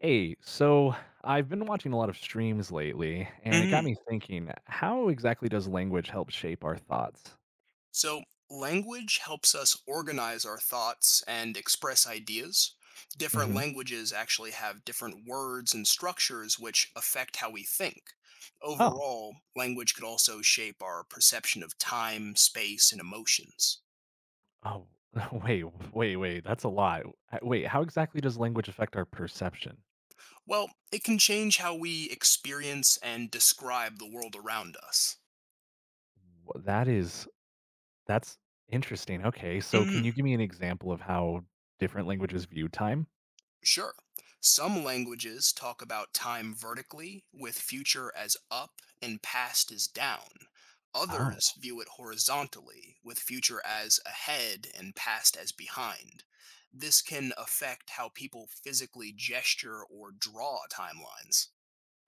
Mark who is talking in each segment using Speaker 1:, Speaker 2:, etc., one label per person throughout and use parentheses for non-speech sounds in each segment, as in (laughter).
Speaker 1: Hey, so I've been watching a lot of streams lately, and it got
Speaker 2: Hmm.
Speaker 1: me thinking, how exactly does language help shape our thoughts?
Speaker 2: So, language helps us organize our thoughts and express ideas. Different
Speaker 1: Hmm.
Speaker 2: languages actually have different words and structures which affect how we think.
Speaker 1: Oh,
Speaker 2: Overall, language could also shape our perception of time, space, and emotions.
Speaker 1: oh, (laughs) wait, wait, that's a lot. Wait, how exactly does language affect our perception?
Speaker 2: Well, it can change how we experience and describe the world around us.
Speaker 1: Wh- That is, that's interesting. Okay, so can you
Speaker 2: Mhm.
Speaker 1: give me an example of how different languages view time?
Speaker 2: Sure. Some languages talk about time vertically, with future as up and past as down.
Speaker 1: Oh,
Speaker 2: Others view it horizontally, with future as ahead and past as behind. This can affect how people physically gesture or draw timelines.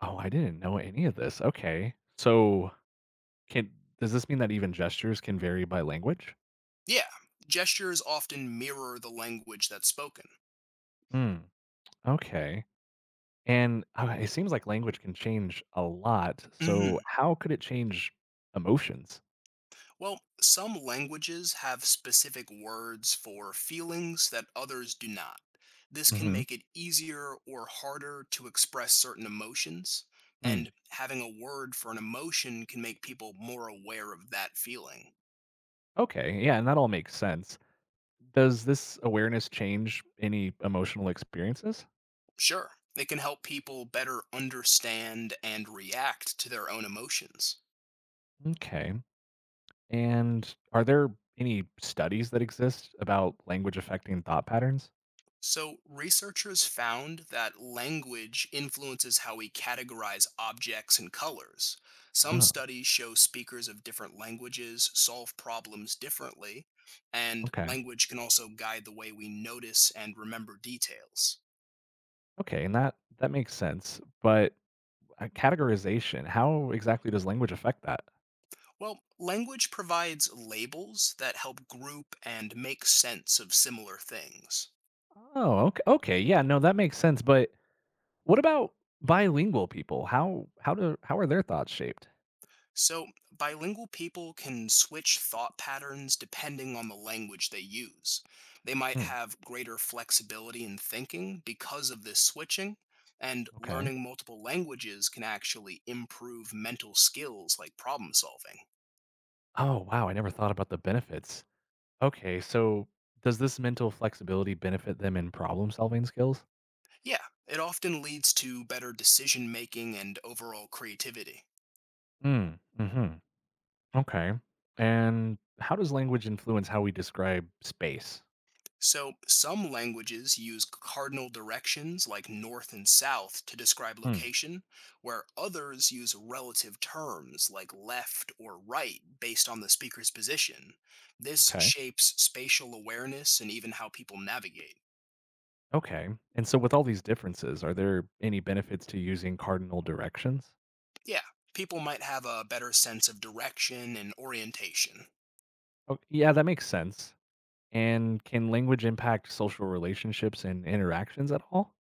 Speaker 1: oh, I didn't know any of this. Okay, so can does this mean that even gestures can vary by language?
Speaker 2: Yeah, gestures often mirror the language that's spoken.
Speaker 1: Hmm. Okay. And, it seems like language can change a lot, so
Speaker 2: Mhm.
Speaker 1: how could it change emotions?
Speaker 2: Well, some languages have specific words for feelings that others do not. This can
Speaker 1: Mhm.
Speaker 2: make it easier or harder to express certain emotions,
Speaker 1: Mm.
Speaker 2: and having a word for an emotion can make people more aware of that feeling.
Speaker 1: Okay, yeah, and that all makes sense. Does this awareness change any emotional experiences?
Speaker 2: Sure, it can help people better understand and react to their own emotions.
Speaker 1: Okay. And are there any studies that exist about language affecting thought patterns?
Speaker 2: So, researchers found that language influences how we categorize objects and colors. Some
Speaker 1: Oh,
Speaker 2: studies show speakers of different languages solve problems differently, and
Speaker 1: okay.
Speaker 2: language can also guide the way we notice and remember details.
Speaker 1: Okay, and that makes sense, but, categorization, how exactly does language affect that?
Speaker 2: Well, language provides labels that help group and make sense of similar things.
Speaker 1: Oh, okay, yeah, no, that makes sense, but what about bilingual people? How are their thoughts shaped?
Speaker 2: So, bilingual people can switch thought patterns depending on the language they use. They might
Speaker 1: Hmm.
Speaker 2: have greater flexibility in thinking because of this switching, and
Speaker 1: Okay.
Speaker 2: learning multiple languages can actually improve mental skills like problem solving.
Speaker 1: Oh, wow, I never thought about the benefits. Okay, so does this mental flexibility benefit them in problem-solving skills?
Speaker 2: Yeah, it often leads to better decision making and overall creativity.
Speaker 1: Mm, hmm. Okay. And how does language influence how we describe space?
Speaker 2: So, some languages use cardinal directions like north and south to describe
Speaker 1: Hmm.
Speaker 2: location, where others use relative terms like left or right based on the speaker's position. This
Speaker 1: Okay.
Speaker 2: shapes spatial awareness and even how people navigate.
Speaker 1: Okay. And so with all these differences, are there any benefits to using cardinal directions?
Speaker 2: Yeah, people might have a better sense of direction and orientation.
Speaker 1: Oh, yeah, that makes sense. And can language impact social relationships and interactions at all?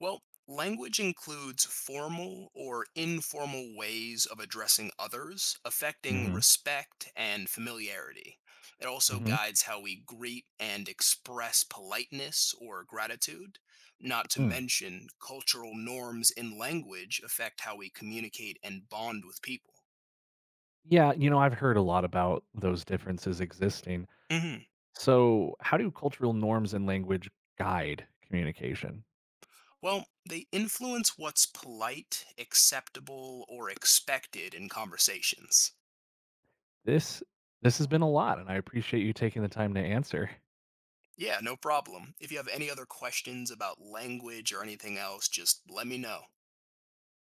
Speaker 2: Well, language includes formal or informal ways of addressing others, affecting
Speaker 1: Mhm,
Speaker 2: respect and familiarity. It also
Speaker 1: mhm,
Speaker 2: guides how we greet and express politeness or gratitude, not to
Speaker 1: mm.
Speaker 2: mention cultural norms in language affect how we communicate and bond with people.
Speaker 1: Yeah, you know, I've heard a lot about those differences existing.
Speaker 2: Mhm.
Speaker 1: So, how do cultural norms and language guide communication?
Speaker 2: Well, they influence what's polite, acceptable, or expected in conversations.
Speaker 1: This this has been a lot, and I appreciate you taking the time to answer.
Speaker 2: Yeah, no problem. If you have any other questions about language or anything else, just let me know.